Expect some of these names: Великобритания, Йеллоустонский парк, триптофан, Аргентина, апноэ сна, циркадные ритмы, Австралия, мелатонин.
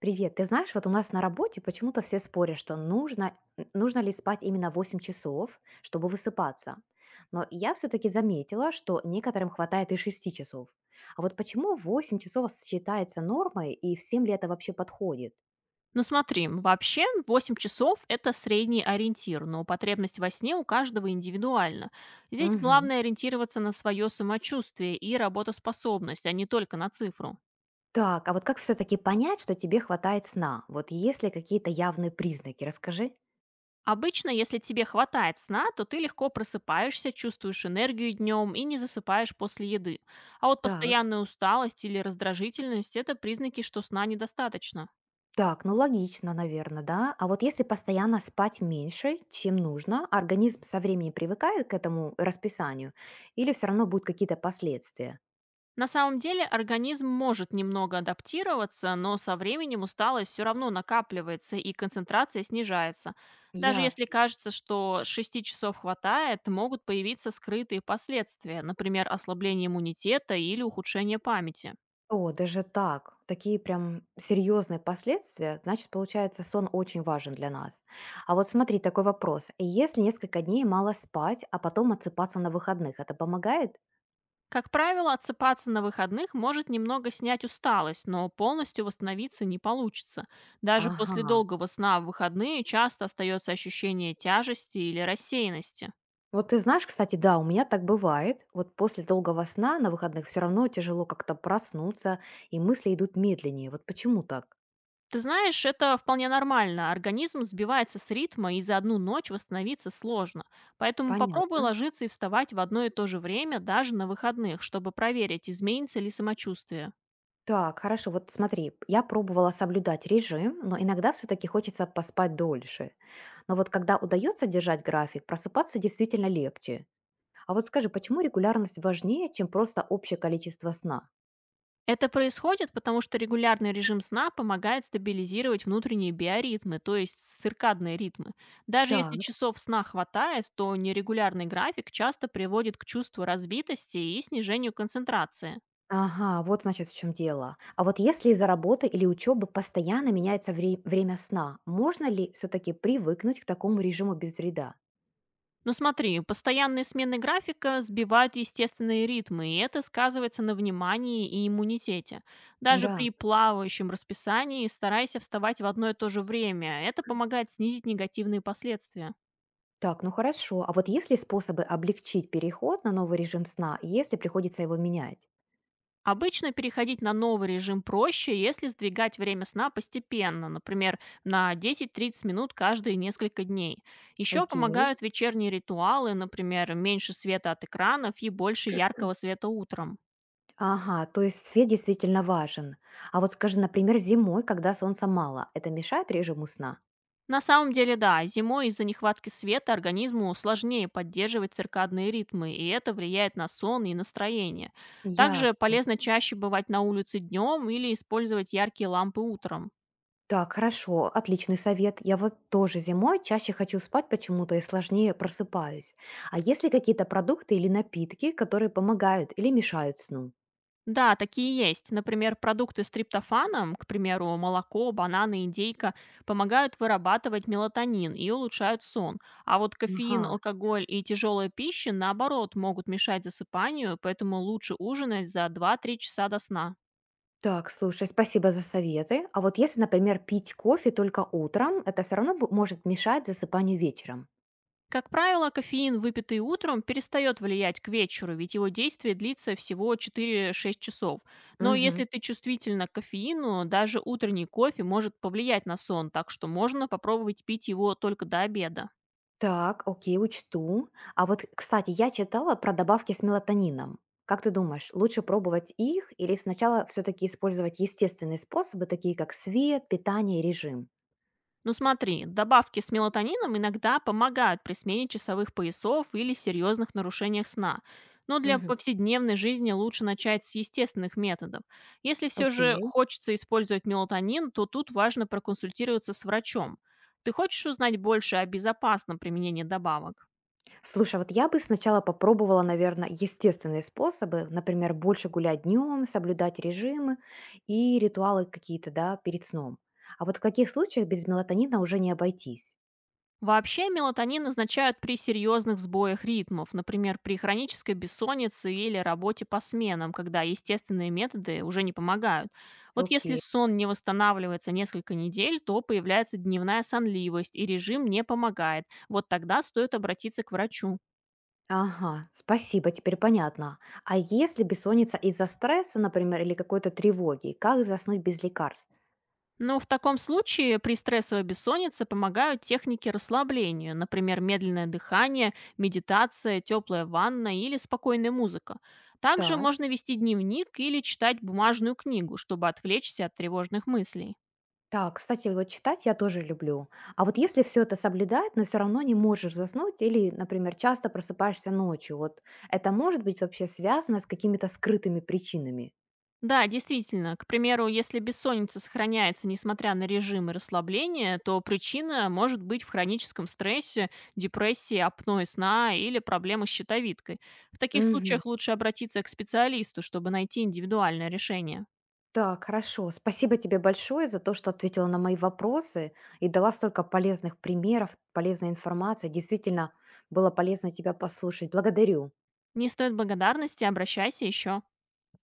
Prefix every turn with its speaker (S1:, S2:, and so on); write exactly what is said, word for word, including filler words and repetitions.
S1: Привет, ты знаешь, вот у нас на работе почему-то все спорят, что нужно, н- нужно ли спать именно восемь часов, чтобы высыпаться. Но я все-таки заметила, что некоторым хватает и шести часов. А вот почему восемь часов считается нормой и всем ли это вообще подходит?
S2: Ну смотри, вообще восемь часов– это средний ориентир, но потребность во сне у каждого индивидуальна. Здесь
S1: Мгм.
S2: главное ориентироваться на свое самочувствие и работоспособность, а не только на цифру.
S1: Так, а вот как все-таки понять, что тебе хватает сна? Вот есть ли какие-то явные признаки? Расскажи.
S2: Обычно, если тебе хватает сна, то ты легко просыпаешься, чувствуешь энергию днем и не засыпаешь после еды. А вот
S1: Так.
S2: постоянная усталость или раздражительность– это признаки, что сна недостаточно.
S1: Так, ну логично, наверное, да. А вот если постоянно спать меньше, чем нужно, организм со временем привыкает к этому расписанию, или все равно будут какие-то последствия?
S2: На самом деле организм может немного адаптироваться, но со временем усталость все равно накапливается и концентрация снижается. Даже если
S1: Ясно.
S2: кажется, что шести часов хватает, могут появиться скрытые последствия, например, ослабление иммунитета или ухудшение памяти.
S1: О, даже так. Такие прям серьезные последствия. Значит, получается, сон очень важен для нас. А вот смотри, такой вопрос. Если несколько дней мало спать, а потом отсыпаться на выходных, это помогает?
S2: Как правило, отсыпаться на выходных может немного снять усталость, но полностью восстановиться не получится. Даже после
S1: Ага.
S2: долгого сна в выходные часто остается ощущение тяжести или рассеянности.
S1: Вот ты знаешь, кстати, да, у меня так бывает. Вот после долгого сна на выходных все равно тяжело как-то проснуться, и мысли идут медленнее. Вот почему так?
S2: Ты знаешь, это вполне нормально. Организм сбивается с ритма, и за одну ночь восстановиться сложно. Поэтому
S1: Понятно.
S2: попробуй ложиться и вставать в одно и то же время, даже на выходных, чтобы проверить, изменится ли самочувствие.
S1: Так, хорошо, вот смотри, я пробовала соблюдать режим, но иногда все-таки хочется поспать дольше. Но вот когда удается держать график, просыпаться действительно легче. А вот скажи, почему регулярность важнее, чем просто общее количество сна?
S2: Это происходит, потому что регулярный режим сна помогает стабилизировать внутренние биоритмы, то есть циркадные ритмы. Даже если
S1: Так.
S2: часов сна хватает, то нерегулярный график часто приводит к чувству разбитости и снижению концентрации.
S1: Ага, вот значит в чем дело. А вот если из-за работы или учебы постоянно меняется вре- время сна, можно ли все-таки привыкнуть к такому режиму без вреда?
S2: Ну смотри, постоянные смены графика сбивают естественные ритмы, и это сказывается на внимании и иммунитете. Даже
S1: Да.
S2: при плавающем расписании старайся вставать в одно и то же время. Это помогает снизить негативные последствия.
S1: Так, ну хорошо. А вот есть ли способы облегчить переход на новый режим сна, если приходится его менять?
S2: Обычно переходить на новый режим проще, если сдвигать время сна постепенно, например, на десять тридцать минут каждые несколько дней. Еще
S1: Окей.
S2: помогают вечерние ритуалы, например, меньше света от экранов и больше яркого света утром.
S1: Ага, то есть свет действительно важен. А вот скажи, например, зимой, когда солнца мало, это мешает режиму сна?
S2: На самом деле, да, зимой из-за нехватки света организму сложнее поддерживать циркадные ритмы, и это влияет на сон и настроение. Также
S1: Ясно.
S2: полезно чаще бывать на улице днем или использовать яркие лампы утром.
S1: Так, хорошо, отличный совет. Я вот тоже зимой чаще хочу спать почему-то и сложнее просыпаюсь. А есть ли какие-то продукты или напитки, которые помогают или мешают сну?
S2: Да, такие есть. Например, продукты с триптофаном, к примеру, молоко, бананы, индейка, помогают вырабатывать мелатонин и улучшают сон. А вот кофеин,
S1: Ага.
S2: алкоголь и тяжелая пища, наоборот, могут мешать засыпанию, поэтому лучше ужинать за два-три часа до сна.
S1: Так, слушай, спасибо за советы. А вот если, например, пить кофе только утром, это все равно бу- может мешать засыпанию вечером.
S2: Как правило, кофеин, выпитый утром, перестает влиять к вечеру, ведь его действие длится всего четыре шесть часов. Но
S1: Мгм.
S2: если ты чувствительна к кофеину, даже утренний кофе может повлиять на сон, так что можно попробовать пить его только до обеда.
S1: Так, окей, учту. А вот, кстати, я читала про добавки с мелатонином. Как ты думаешь, лучше пробовать их или сначала все-таки использовать естественные способы, такие как свет, питание и режим?
S2: Ну смотри, добавки с мелатонином иногда помогают при смене часовых поясов или серьезных нарушениях сна. Но для
S1: Мгм.
S2: повседневной жизни лучше начать с естественных методов. Если все же
S1: Окей.
S2: хочется использовать мелатонин, то тут важно проконсультироваться с врачом. Ты хочешь узнать больше о безопасном применении добавок?
S1: Слушай, а вот я бы сначала попробовала, наверное, естественные способы, например, больше гулять днем, соблюдать режимы и ритуалы какие-то, да, перед сном. А вот в каких случаях без мелатонина уже не обойтись?
S2: Вообще мелатонин назначают при серьезных сбоях ритмов, например, при хронической бессоннице или работе по сменам, когда естественные методы уже не помогают. Вот если
S1: Окей.
S2: сон не восстанавливается несколько недель, то появляется дневная сонливость, и режим не помогает. Вот тогда стоит обратиться к врачу.
S1: Ага, спасибо, теперь понятно. А если бессонница из-за стресса, например, или какой-то тревоги, как заснуть без лекарств?
S2: Но в таком случае при стрессовой бессоннице помогают техники расслабления, например, медленное дыхание, медитация, теплая ванна или спокойная музыка. Также
S1: Так.
S2: можно вести дневник или читать бумажную книгу, чтобы отвлечься от тревожных мыслей.
S1: Так, кстати, вот читать я тоже люблю. А вот если все это соблюдать, но все равно не можешь заснуть или, например, часто просыпаешься ночью, вот это может быть вообще связано с какими-то скрытыми причинами?
S2: Да, действительно. К примеру, если бессонница сохраняется несмотря на режим и расслабление, то причина может быть в хроническом стрессе, депрессии, апное сна или проблемах с щитовидкой. В таких
S1: Мгм.
S2: случаях лучше обратиться к специалисту, чтобы найти индивидуальное решение.
S1: Так, хорошо. Спасибо тебе большое за то, что ответила на мои вопросы и дала столько полезных примеров, полезной информации. Действительно, было полезно тебя послушать. Благодарю.
S2: Не стоит благодарности, обращайся еще.